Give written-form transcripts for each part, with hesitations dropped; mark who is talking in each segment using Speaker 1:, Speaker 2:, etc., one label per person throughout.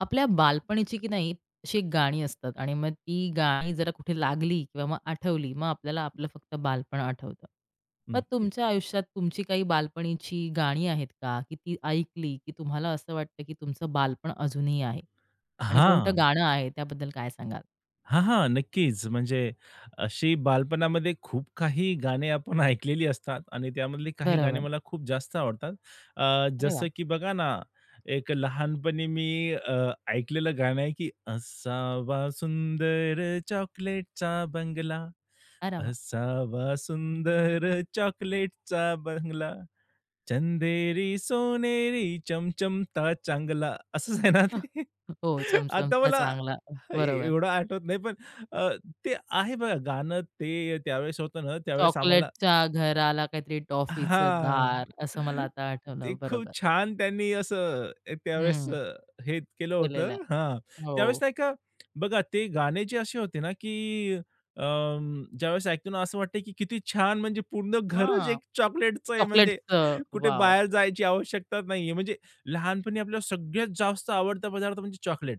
Speaker 1: आपल्या बालपणीची की नाही अशी एक गाणी असतात आणि मग ती गाणी जरा कुठे लागली किंवा मग आठवली, मग आपल्याला आपलं फक्त बालपण आठवतं. मग
Speaker 2: नक्कीच.
Speaker 1: तुमच्या आयुष्यात तुमची काही बालपणीची गाणी आहेत का? की ती ऐकली की तुम्हाला असं वाटतं की तुमचं बालपण अजूनही आहे? आणि कोणतं
Speaker 2: हां.
Speaker 1: गाणं आहे त्याबद्दल काय सांगाल?
Speaker 2: हां, हां. नक्कीच. म्हणजे अशी बालपणामध्ये खूप काही गाणी आपण ऐकलेली असतात आणि त्यामधली काही गाणी
Speaker 1: बरोबर.
Speaker 2: मला खूप जास्त आवडतात.
Speaker 1: अरे वाह!
Speaker 2: जसं की बघा ना, एक लहानपणी मी ऐकलेलं गाणं आहे की असावा सुंदर चॉकलेटचा बंगला,
Speaker 1: अरे वाह!
Speaker 2: असावा सुंदर चॉकलेटचा बंगला. चंदेरी सोनेरी चमचमता चांगला असंच आहे ना ते?
Speaker 1: हो,
Speaker 2: आता
Speaker 1: चमचमचा
Speaker 2: मला
Speaker 1: चांगला बरोबर.
Speaker 2: एवढं आठवत नाही पण अ, ते आहे बघा गाणं ते त्यावेळेस होतं ना, त्यावेळेस आम्हाला
Speaker 1: चॉकलेटच्या घराला काहीतरी टॉफीचं
Speaker 2: हां.
Speaker 1: दार असं मला आता
Speaker 2: ते
Speaker 1: आठवलं.
Speaker 2: खूप
Speaker 1: बरोबर.
Speaker 2: छान त्यांनी असं त्यावेळेस
Speaker 1: हं,
Speaker 2: हे केलं
Speaker 1: केलेलं आहे.
Speaker 2: होतं. हां,
Speaker 1: हो.
Speaker 2: त्यावेळेस नाही का बघा ते गाणे जे असे होते ना, की अं, ज्यावेळेस ऐकतो ना असं वाटतं, की किती छान म्हणजे पूर्ण घरच
Speaker 1: हां,
Speaker 2: एक चॉकलेटचं आहे म्हणजे
Speaker 1: चॉकलेटचं.
Speaker 2: कुठे
Speaker 1: वॉव!
Speaker 2: बाहेर जायची आवश्यकता नाहीये. म्हणजे लहानपणी आपल्याला सगळ्यात जास्त आवडता पदार्थ म्हणजे चॉकलेट.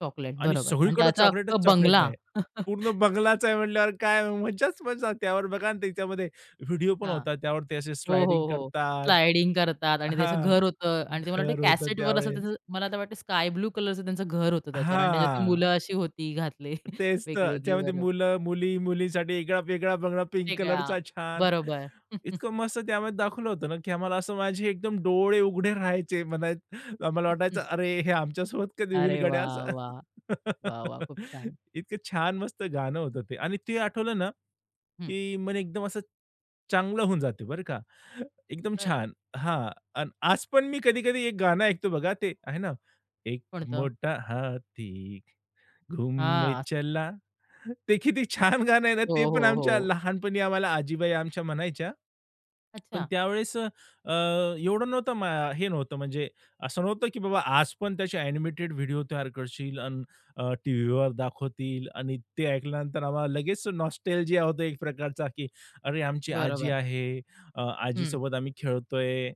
Speaker 1: चॉकलेट
Speaker 2: आणि
Speaker 1: बरोबर आणि
Speaker 2: सगळीकडे
Speaker 1: त्याचा
Speaker 2: चॉकलेटच
Speaker 1: अख्खा
Speaker 2: चॉकलेट
Speaker 1: बंगला.
Speaker 2: आहे. पूर्ण बंगलाच आहे म्हटल्यावर काय मजाच मजा. त्यावर बघा ना त्याच्यामध्ये व्हिडिओ पण
Speaker 1: हां.
Speaker 2: होता. त्यावर ते असे
Speaker 1: हो, हो,
Speaker 2: स्लाइडिंग
Speaker 1: हो.
Speaker 2: करतात
Speaker 1: स्लायडिंग करतात आणि त्याचं
Speaker 2: हां.
Speaker 1: घर होतं आणि ते मला वाटतं
Speaker 2: घर होतं
Speaker 1: कॅसेटवर असं
Speaker 2: त्यावेळेस.
Speaker 1: त्याचं मला तर वाटतं स्काय ब्लू कलरचं त्यांचं घर होतं त्याच्यावर आणि त्याच्यात ती
Speaker 2: हां.
Speaker 1: मुलं अशी होती घातली
Speaker 2: तेच तर.
Speaker 1: वेगवेगळी
Speaker 2: त्यामध्ये
Speaker 1: बरोबर.
Speaker 2: मुलं, मुली, मुलींसाठी वेगळा वेगळा बंगला पिंक
Speaker 1: वेगळा.
Speaker 2: कलरचा छान.
Speaker 1: बरोबर.
Speaker 2: इतकं मस्त त्यामध्ये दाखवलं होतं ना, की आम्हाला असं माझे एकदम डोळे उघडे राहायचे. म्हणाय आम्हाला वाटायचं, "अरे, हे आमच्यासोबत कधी होईल
Speaker 1: अरे
Speaker 2: गड्या
Speaker 1: वाह!
Speaker 2: असं?"
Speaker 1: वाह! वाह! वाह! खूप छान.
Speaker 2: इतकं छान मस्त गाणं होतं ते आणि ते आठवलं ना,
Speaker 1: हं.
Speaker 2: की मन एकदम असं चांगलं होऊन जाते बरं का. एकदम
Speaker 1: बरं.
Speaker 2: छान. हां. अन् आज पण मी कधी-कधी एक गाणं ऐकतो बघा, ते आहे ना, "एक
Speaker 1: कोणतं?
Speaker 2: मोठा हाती घुमने
Speaker 1: हां, असं.
Speaker 2: चला. ते किती छान गाणं आहे ना,
Speaker 1: हो,
Speaker 2: ते पण
Speaker 1: हो,
Speaker 2: आमच्या
Speaker 1: हो.
Speaker 2: लहानपणी आम्हाला आजीबाई आमच्या म्हणायच्या. पण
Speaker 1: अच्छा.
Speaker 2: त्यावेळेस एवढं नव्हतं हे नव्हतं म्हणजे असं नव्हतं, की बाबा आज पण त्याचे एनिमेटेड व्हिडिओ तयार करशील अन् टीव्हीवर दाखवतील आणि ते ऐकल्यानंतर आम्हाला लगेच नॉस्टॅल्जिया होतो एक प्रकारचा, की अरे, आमची आजी
Speaker 1: बरोबर.
Speaker 2: आहे. अ,
Speaker 1: हं.
Speaker 2: आजीसोबत आम्ही खेळतोय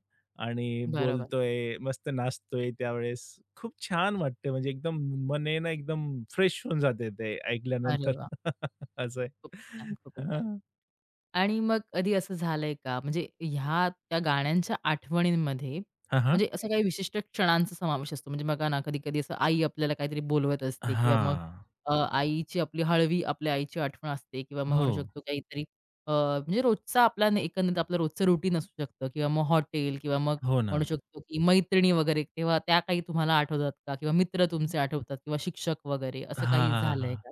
Speaker 2: आणि
Speaker 1: बरोबर.
Speaker 2: बोलतोय, मस्त नाचतोय त्यावेळेस. खूप छान वाटते म्हणजे एकदम मन आहे ना एकदम फ्रेश होऊन जाते ते
Speaker 1: अरे
Speaker 2: ऐकल्यानंतर.
Speaker 1: वाह!
Speaker 2: असं आहे.
Speaker 1: खूपच छान, खूपच छान.
Speaker 2: हां.
Speaker 1: आणि मग कधी असं झालंय का? म्हणजे ह्या त्या गाण्यांच्या आठवणींमध्ये
Speaker 2: हां, हां.
Speaker 1: म्हणजे असं काही विशिष्ट क्षणांचा समावेश असतो. म्हणजे बघा ना, कधी-कधी असं आई आपल्याला काहीतरी बोलवत असते किंवा मग
Speaker 2: हां.
Speaker 1: अ, आईची आपली हळवी आपल्या आईची आठवण असते किंवा मग
Speaker 2: हो.
Speaker 1: म्हणू शकतो काहीतरी म्हणजे रोजचा आपला एकंदरीत आपलं रोजचं रुटीन असू शकतं किंवा मग हॉटेल किंवा मग
Speaker 2: हो ना.
Speaker 1: म्हणू शकतो की मैत्रिणी वगैरे तेव्हा त्या काही तुम्हाला आठवतात का? किंवा मित्र तुमचे आठवतात किंवा शिक्षक वगैरे असं
Speaker 2: हां,
Speaker 1: काही
Speaker 2: हां, हां,
Speaker 1: झालंय
Speaker 2: हां.
Speaker 1: का?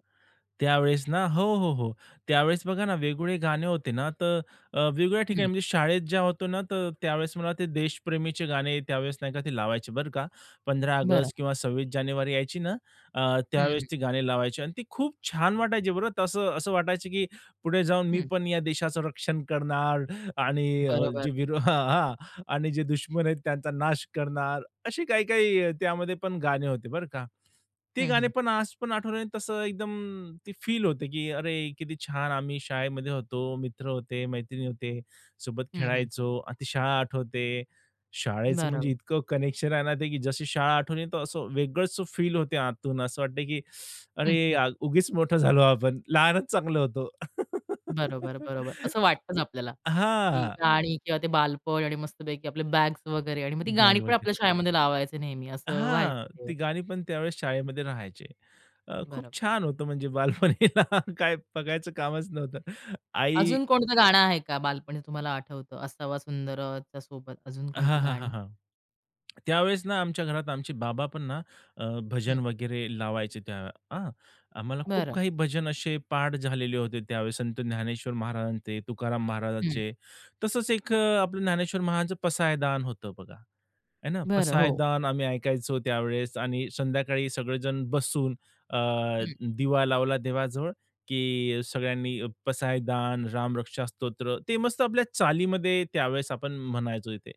Speaker 2: त्यावेळेस ना हो, हो, हो. त्यावेळेस बघा ना वेगवेगळे गाणे होते ना, तर वेगवेगळ्या ठिकाणी
Speaker 1: हं.
Speaker 2: म्हणजे शाळेत जेव्हा होतो ना, तर त्यावेळेस मला ते देशप्रेमीचे गाणे त्यावेळेस नाही का ते लावायचे बरं का. 15
Speaker 1: बरं.
Speaker 2: ऑगस्ट किंवा 26 जानेवारी यायची ना, अ,
Speaker 1: हं, हं,
Speaker 2: त्यावेळेस ती गाणी लावायची आणि ती खूप छान वाटायची बरं. तसं असं वाटायचं की पुढे जाऊन मी
Speaker 1: हं.
Speaker 2: पण या देशाचं रक्षण करणार आणि अ,
Speaker 1: बरोबर.
Speaker 2: जे विरो हां, हां. आणि जे दुश्मन आहेत त्यांचा नाश करणार. असे काही-काही त्यामध्ये पण गाणे होते बरं का. ते
Speaker 1: हं,
Speaker 2: गाणे
Speaker 1: हं.
Speaker 2: पण आज पण आठवल्याने तसं एकदम ते फील होतं, की अरे किती छान आम्ही शाळेमध्ये होतो, मित्र होते, मैत्रिणी होते, सोबत
Speaker 1: हं, हं.
Speaker 2: खेळायचो. आता ती शाळा आठवते. शाळेचं म्हणजे
Speaker 1: बरोबर.
Speaker 2: इतकं कनेक्शन आहे ना ते, की जशी शाळा आठवली तर असं वेगळंच फील होते आतून. असं वाटतं, की
Speaker 1: हं,
Speaker 2: अरे
Speaker 1: हं.
Speaker 2: उगीच मोठं झालो आपण. लहानच चांगलं होतो.
Speaker 1: बरोबर, बरोबर. असं वाटतंच आपल्याला, की
Speaker 2: हां.
Speaker 1: गाणी किंवा ते बालपण आणि मस्तपैकी आपले बॅग्स वगैरे आणि मग ती गाणी
Speaker 2: बॅग
Speaker 1: पण आपल्या शाळेमध्ये लावायचे नेहमी असं व्हायचं
Speaker 2: हां,
Speaker 1: ते.
Speaker 2: ती गाणी पण त्यावेळेस शाळेमध्ये राहायचे. खूप
Speaker 1: बरोबर.
Speaker 2: छान होतं म्हणजे बालपणीला काय बघायचं कामच नव्हतं. आई
Speaker 1: अजून कोणतं गाणं आहे का बालपणी तुम्हाला आठवतं? असावा सुंदरच्या सोबत अजून कोणती
Speaker 2: हां, हां, हां,
Speaker 1: गाणी?
Speaker 2: हां. त्यावेळेस ना आमच्या घरात आमचे बाबा पण ना अ, भजन
Speaker 1: हं.
Speaker 2: वगैरे लावायचे त्या हां, आम्हाला खूप
Speaker 1: बरं.
Speaker 2: काही भजन असे पाठ झालेले होते त्यावेळेस संत ज्ञानेश्वर महाराजांचे, तुकाराम
Speaker 1: हं.
Speaker 2: महाराजांचे. तसंच एक आपलं ज्ञानेश्वर महाराजांचं पसायदान होतं बघा, आहे ना.
Speaker 1: बरं. हो.
Speaker 2: पसायदान आम्ही ऐकायचो त्यावेळेस आणि संध्याकाळी सगळेजण बसून अ,
Speaker 1: हं.
Speaker 2: दिवा लावला देवाजवळ, की सगळ्यांनी पसायदान, रामरक्षा स्तोत्र ते मस्त आपल्या चालीमध्ये त्यावेळेस आपण म्हणायचो इथे.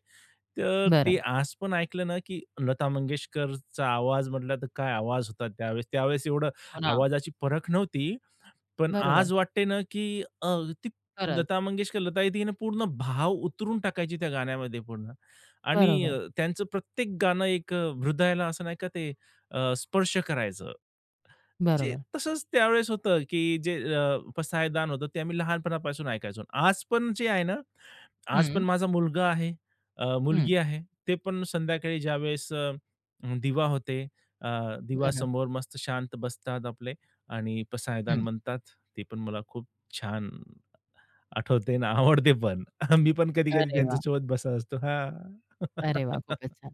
Speaker 2: तर ते
Speaker 1: बरं.
Speaker 2: आज पण ऐकलं ना, की लता मंगेशकरचा आवाज म्हटला तर काय आवाज होता त्यावेळेस. त्यावेळेस एवढं
Speaker 1: हो ना.
Speaker 2: आवाजाची परख नव्हती. पण
Speaker 1: बरोबर.
Speaker 2: आज वाटते ना, की ती
Speaker 1: खरंच.
Speaker 2: लता मंगेशकर, लता दीदीनं पूर्ण भाव उतरून टाकायची त्या गाण्यामध्ये पूर्ण आणि
Speaker 1: बरोबर.
Speaker 2: त्यांचं प्रत्येक गाणं एक हृदयाला असं नाही का ते स्पर्श करायचं. म्हणजे
Speaker 1: बरोबर.
Speaker 2: तसंच त्यावेळेस होतं, की जे पसायदान होतं ते आम्ही लहानपणापासून ऐकायचो. आज पण जे आहे ना, आज पण
Speaker 1: हं.
Speaker 2: माझा मुलगा आहे,
Speaker 1: हं.
Speaker 2: मुलगी आहे. ते पण संध्याकाळी ज्यावेळेस दिवा होते, अ,
Speaker 1: बरं.
Speaker 2: दिवासमोर मस्त शांत बसतात आपले आणि पसायदान
Speaker 1: हं.
Speaker 2: म्हणतात. ते पण मला खूप छान आठवते आणि आवडते पण. मी पण कधी-कधी
Speaker 1: अरे वाह!
Speaker 2: त्यांच्यासोबत बसत असतो. हां.
Speaker 1: अरे वाह! खूपच छान.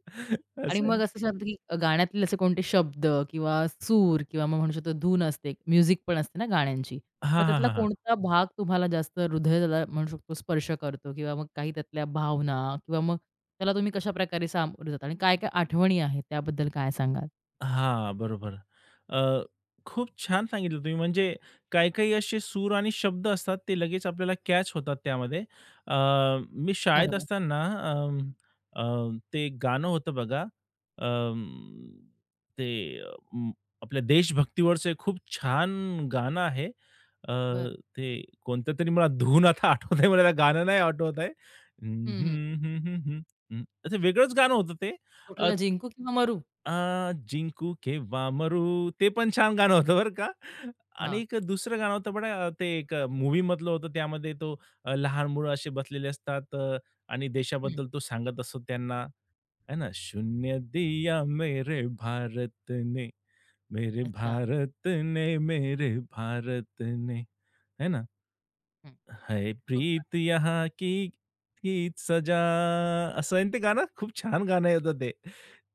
Speaker 1: आणि
Speaker 2: असं आहे.
Speaker 1: मग असं सांगतो, की गाण्यातले असे कोणते शब्द किंवा सूर किंवा मग म्हणू शकतो धून असते, म्युझिक पण असते ना गाण्यांची.
Speaker 2: हां,
Speaker 1: मग
Speaker 2: हां,
Speaker 1: त्यातला
Speaker 2: हां,
Speaker 1: कोणता भाग तुम्हाला जास्त हृदयाला म्हणू शकतो स्पर्श करतो किंवा मग काही त्यातल्या भावना किंवा मग त्याला तुम्ही कशाप्रकारे सामोरे जाता आणि काय-काय आठवणी आहेत त्याबद्दल काय सांगाल?
Speaker 2: हां, बरोबर. अ, खूप छान सांगितलं तुम्ही. म्हणजे काही-काही असे सूर आणि शब्द असतात, ते लगेच आपल्याला कॅच होतात त्यामध्ये. अ, मी शाळेत
Speaker 1: बरोबर.
Speaker 2: असताना अं, ते गाणं होतं बघा, अं, ते अं, आपल्या देशभक्तीवरचं एक खूप छान गाणं आहे. अ,
Speaker 1: बरं.
Speaker 2: ते कोणतं तरी मला धून आता आठवत आहे, मला त्या गाणं नाही आठवत आहे. हं,
Speaker 1: हं, हं.
Speaker 2: हं, हं, हं, हं, असं वेगळंच गाणं होतं ते.
Speaker 1: कुठला जिंकू किंवा मरू?
Speaker 2: जिंकू केव्हा मरू, ते पण छान गाणं होतं बरं का. आणि
Speaker 1: हां.
Speaker 2: एक दुसरं गाणं होतं बघा ते एक मूव्हीमधलं होतं. त्यामध्ये तो लहान मुलं असे बसलेले असतात आणि
Speaker 1: हं.
Speaker 2: देशाबद्दल तो सांगत असतो त्यांना, है ना. शून्य दिया मेरे भारत ने, मेरे
Speaker 1: अच्छा.
Speaker 2: भारत ने, मेरे भारत ने, है ना.
Speaker 1: हं.
Speaker 2: है
Speaker 1: खूप छान.
Speaker 2: प्रीत यहाँ की हीच सजा असं आहे ना ते गाणं खूप छान गाणं आहे होतं ते.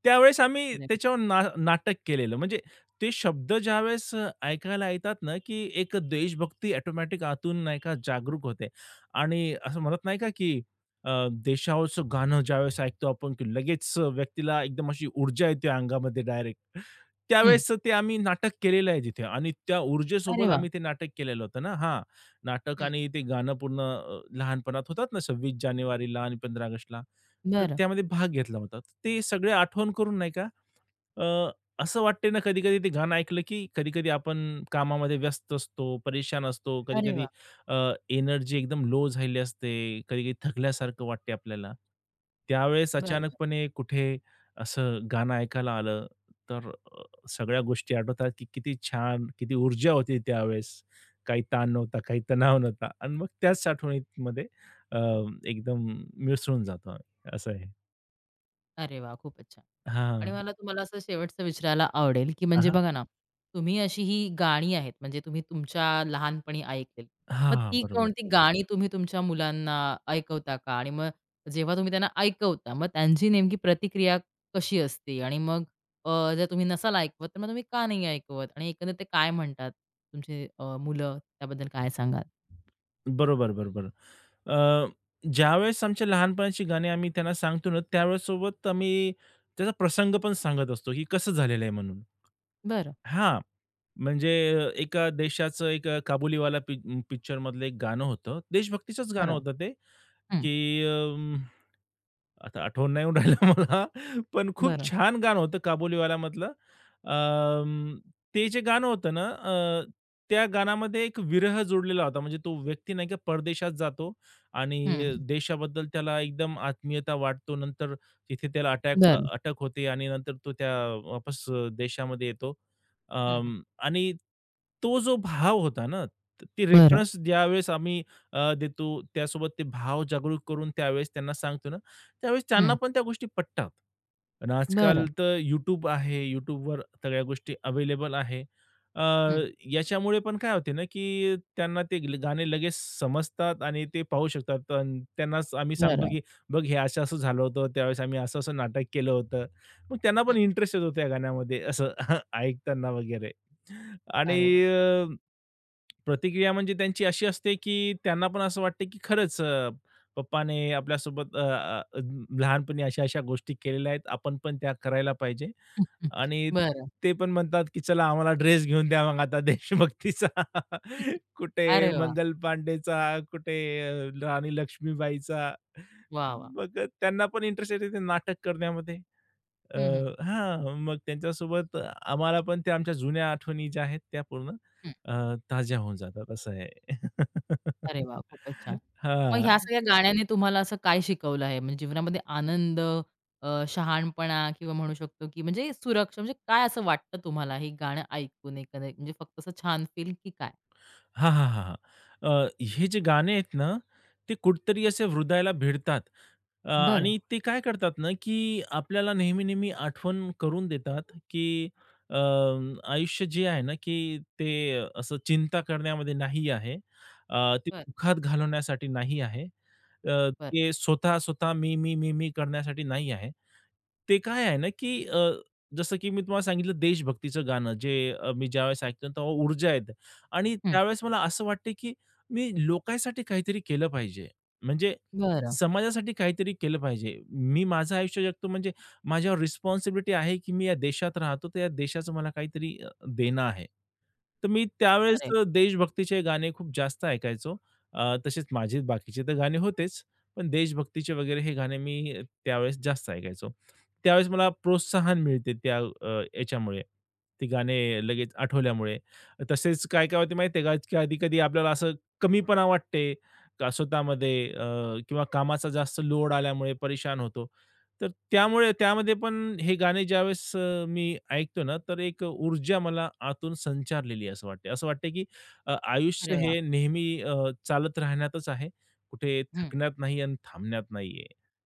Speaker 2: त्यावेळेस आम्ही
Speaker 1: अरे वाह!
Speaker 2: त्याच्यावर ना नाटक केलेलं. म्हणजे ते शब्द ज्यावेळेस ऐकायला येतात ना, की एक देशभक्ती ऑटोमॅटिक आतून नाही का जागरूक होते आणि असं म्हणत नाही का, की अ, देशावरचं गाणं ज्यावेळेस ऐकतो आपण, की लगेच व्यक्तीला एकदम अशी ऊर्जा येते अंगामध्ये डायरेक्ट.
Speaker 1: हं.
Speaker 2: त्यावेळेस ते आम्ही नाटक केलेलं आहे तिथे आणि त्या
Speaker 1: अरे
Speaker 2: ऊर्जेसोबत
Speaker 1: वाह!
Speaker 2: आम्ही ते नाटक केलेलं होतं ना. हां. नाटक
Speaker 1: हं.
Speaker 2: आणि ते गाणं पूर्ण लहानपणात होतात ना 26 जानेवारीला आणि 15 ऑगस्टला, तर
Speaker 1: बरं.
Speaker 2: त्यामध्ये भाग घेतला होता. तर ते सगळे आठवण करून नाही का अ, असं वाटते ना कधी-कधी ते गाणं ऐकलं, की कधी-कधी आपण कामामध्ये व्यस्त असतो, परेशान असतो,
Speaker 1: अरे
Speaker 2: कधी-कधी
Speaker 1: वाह!
Speaker 2: एनर्जी एकदम लो झालेली असते, कधी-कधी थकल्यासारखं वाटते आपल्याला. त्यावेळेस
Speaker 1: बरं.
Speaker 2: अचानकपणे कुठे असं गाणं ऐकायला आलं, तर सगळ्या गोष्टी आठवतात, की किती छान, किती ऊर्जा होती त्यावेळेस. काही ताण नव्हता, काही तणाव नव्हता आणि मग त्याच आठवणीमध्ये अ, एकदम मिसळून जातो आम्ही. असं आहे.
Speaker 1: अरे वाह! खूपच छान. आणि
Speaker 2: हां.
Speaker 1: मला तुम्हाला असं शेवटचं विचारायला आवडेल, की
Speaker 2: हां,
Speaker 1: म्हणजे
Speaker 2: हां.
Speaker 1: बघा ना, तुम्ही अशी ही गाणी आहेत, म्हणजे तुम्ही तुमच्या लहानपणी ऐकलेली. मग ती
Speaker 2: बरोबर.
Speaker 1: कोणती गाणी तुम्ही तुमच्या मुलांना ऐकवता का? आणि मग जेव्हा तुम्ही त्यांना ऐकवता, मग त्यांची नेमकी प्रतिक्रिया कशी असते? आणि मग अ, जर तुम्ही नसाल ऐकवत, तर मग तुम्ही का नाही ऐकवत? आणि एकंदरीत ते काय म्हणतात तुमचे मुलं? त्याबद्दल काय सांगाल?
Speaker 2: बरोबर, बरोबर. अ, ज्यावेळेस आमच्या लहानपणाची गाणी आम्ही त्यांना सांगतो ना, त्यावेळेस सोबत आम्ही त्याचा प्रसंग पण सांगत असतो, की कसं झालेलं आहे म्हणून.
Speaker 1: बरं,
Speaker 2: हां, म्हणजे एका देशाचं एक काबुलीवाला पिक्चरमधलं एक गाणं होतं. देशभक्तीचंच गाणं
Speaker 1: बरं.
Speaker 2: होतं ते,
Speaker 1: हं.
Speaker 2: की अं आता आठवण नाही येऊन राहिलं मला. पण खूप
Speaker 1: बरं.
Speaker 2: छान गाणं होतं काबुलीवालामधलं. अं, ते जे गाणं होतं ना, त्या गाण्यामध्ये एक विरह जोडलेला होता. म्हणजे तो व्यक्ती नाही का परदेशात जातो
Speaker 1: हं,
Speaker 2: आणि
Speaker 1: हं.
Speaker 2: देशाबद्दल त्याला एकदम आत्मीयता वाटतो. नंतर तिथे त्याला
Speaker 1: बरं.
Speaker 2: अटक होते आणि नंतर तो त्या वापस देशामध्ये येतो.
Speaker 1: हं, हं.
Speaker 2: आणि तो जो भाव होता ना, ते
Speaker 1: बरं.
Speaker 2: रेफरन्स ज्यावेळेस आम्ही देतो त्यासोबत ते भाव जागरूक करून त्यावेळेस त्यांना सांगतो ना त्यावेळेस त्यांना
Speaker 1: हं.
Speaker 2: पण त्या गोष्टी पटतात. पण आजकाल
Speaker 1: बरं.
Speaker 2: तर YouTube आहे. YouTubeवर सगळ्या गोष्टी अवेलेबल आहे. अ,
Speaker 1: हं.
Speaker 2: याच्यामुळे पण काय होते ना, की त्यांना ते गाणे लगेच समजतात आणि ते पाहू शकतात. अन् त्यांनाच आम्ही सांगतो,
Speaker 1: बरं.
Speaker 2: की "बघ हे असं-असं झालं होतं. त्यावेळेस आम्ही असं-असं नाटक केलं होतं." मग त्यांना
Speaker 1: हं.
Speaker 2: पण इंटरेस्ट येतो त्या गाण्यामध्ये असं ऐकताना वगैरे. आणि
Speaker 1: अरे वाह!
Speaker 2: अ, प्रतिक्रिया म्हणजे त्यांची अशी असते, की त्यांना पण असं वाटते, की खरंच पप्पाने आपल्यासोबत अ, अ, लहानपणी अशा-अशा गोष्टी केलेल्या आहेत. आपण पण त्या करायला पाहिजे
Speaker 1: हं, हं.
Speaker 2: आणि
Speaker 1: बरं.
Speaker 2: ते पण म्हणतात, की चला आम्हाला ड्रेस घेऊन द्या मग आता देशभक्तीचा. कुठे
Speaker 1: अरे वाह!
Speaker 2: मंगल पांडेचा, कुठे राणी लक्ष्मीबाईचा.
Speaker 1: वाह, वाह!
Speaker 2: मग त्यांना पण इंटरेस्ट येते ते नाटक करण्यामध्ये. अ,
Speaker 1: हं, हं.
Speaker 2: हां, मग त्यांच्यासोबत आम्हाला पण त्या आमच्या जुन्या आठवणी ज्या आहेत त्या पूर्ण
Speaker 1: हं.
Speaker 2: अ, ताज्या होऊन जातात असं आहे.
Speaker 1: अरे वाह! खूपच छान. मग ह्या
Speaker 2: हां.
Speaker 1: सगळ्या गाण्याने तुम्हाला असं काय शिकवलं आहे? म्हणजे जीवनामध्ये आनंद, शहाणपणा किंवा म्हणू शकतो, की म्हणजे सुरक्षा म्हणजे काय असं वाटतं तुम्हाला हे गाणं ऐकून एकंदरीत? म्हणजे फक्त असं छान फील की काय?
Speaker 2: हां, हां, हां, हां. अ, हे जे गाणे आहेत ना, ते कुठेतरी असे हृदयाला भिडतात.
Speaker 1: बरं.
Speaker 2: आणि ते काय करतात ना, की आपल्याला नेहमी-नेहमी आठवण करून देतात, की अ, आयुष्य जे आहे ना, की ते असं चिंता करण्यामध्ये नाही आहे. ते
Speaker 1: बरं,
Speaker 2: दुःखात घालवण्यासाठी नाही आहे.
Speaker 1: बरं.
Speaker 2: ते स्वतः, स्वतः, मी, मी, मी, मी करण्यासाठी नाही आहे. ते काय आहे ना, की जसं की मी तुम्हाला सांगितलं देशभक्तीचं गाणं जे मी ज्यावेळेस ऐकतो ना तेव्हा ऊर्जा येते. आणि
Speaker 1: हं.
Speaker 2: त्यावेळेस मला असं वाटते, की मी लोकांसाठी काहीतरी केलं पाहिजे. म्हणजे
Speaker 1: बरं.
Speaker 2: समाजासाठी काहीतरी केलं पाहिजे. मी माझं आयुष्य जगतो म्हणजे माझ्यावर रिस्पॉन्सिबिलिटी आहे, की मी या देशात राहतो, तर या देशाचं मला काहीतरी देणं आहे. तर मी त्यावेळेस
Speaker 1: अरे
Speaker 2: देशभक्तीचे गाणे खूप जास्त ऐकायचो. तसेच माझे बाकीचे तर गाणे होतेच, पण देशभक्तीचे वगैरे हे गाणे मी त्यावेळेस जास्त ऐकायचो. त्यावेळेस मला प्रोत्साहन मिळते त्या याच्यामुळे, ती गाणे लगेच आठवल्यामुळे. तसेच काय काय होते माहिती आहे का, की कधी-कधी आपल्याला असं कमीपणा वाटते का स्वतःमध्ये किंवा कामाचा जास्त लोड आल्यामुळे परेशान होतो. तर त्यामुळे त्यामध्ये पण हे गाणे ज्यावेळेस मी ऐकतो ना, तर एक ऊर्जा मला आतून संचारलेली असं वाटते. असं वाटते की आयुष्य
Speaker 1: अरे वाह!
Speaker 2: हे नेहमी चालत राहण्यातच आहे. कुठे
Speaker 1: हं.
Speaker 2: थकण्यात नाही आणि थांबण्यात नाहीये.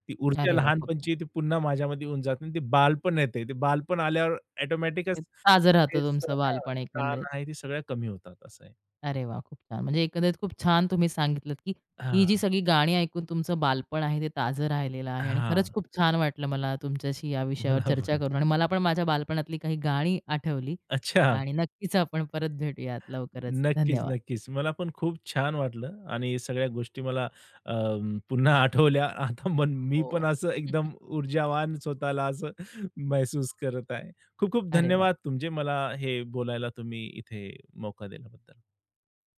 Speaker 2: ती ऊर्जा
Speaker 1: अरे वाह! खूप छान.
Speaker 2: लहानपणची ती पुन्हा माझ्यामध्ये येऊन जाते आणि ते बालपण येते. ते बालपण आल्यावर ऑटोमॅटिकच
Speaker 1: ताजं राहतं
Speaker 2: तेच
Speaker 1: तुमचं
Speaker 2: हां,
Speaker 1: बालपण
Speaker 2: ताण
Speaker 1: एकंदरीत.
Speaker 2: आहे ती सगळ्या कमी होतात असं आहे.
Speaker 1: अरे वाह! खूप छान. म्हणजे एकंदरीत खूप छान तुम्ही सांगितलत, की ही जी
Speaker 2: हां,
Speaker 1: सगळी गाणी ऐकून तुमचं बालपण आहे ते ताजं राहिलेलं आहे आणि
Speaker 2: हां.
Speaker 1: खरंच खूप छान वाटलं मला तुमच्याशी या विषयावर
Speaker 2: मला
Speaker 1: चर्चा
Speaker 2: पण.
Speaker 1: करून आणि मला पण माझ्या बालपणातली काही गाणी आठवली
Speaker 2: अच्छा.
Speaker 1: आणि नक्कीच आपण परत भेटूयात लवकरच.
Speaker 2: नक्कीच,
Speaker 1: धन्यवाद.
Speaker 2: नक्कीच. मला पण खूप छान वाटलं आणि सगळ्या गोष्टी मला अ, पुन्हा आठवल्या. आता मन मी
Speaker 1: हो.
Speaker 2: पण असं एकदम ऊर्जावान स्वतःला असं महसूस करत आहे. खूप खूप
Speaker 1: अरे
Speaker 2: धन्यवाद
Speaker 1: वाह!
Speaker 2: तुमचे मला हे बोलायला तुम्ही इथे मोका दिल्याबद्दल.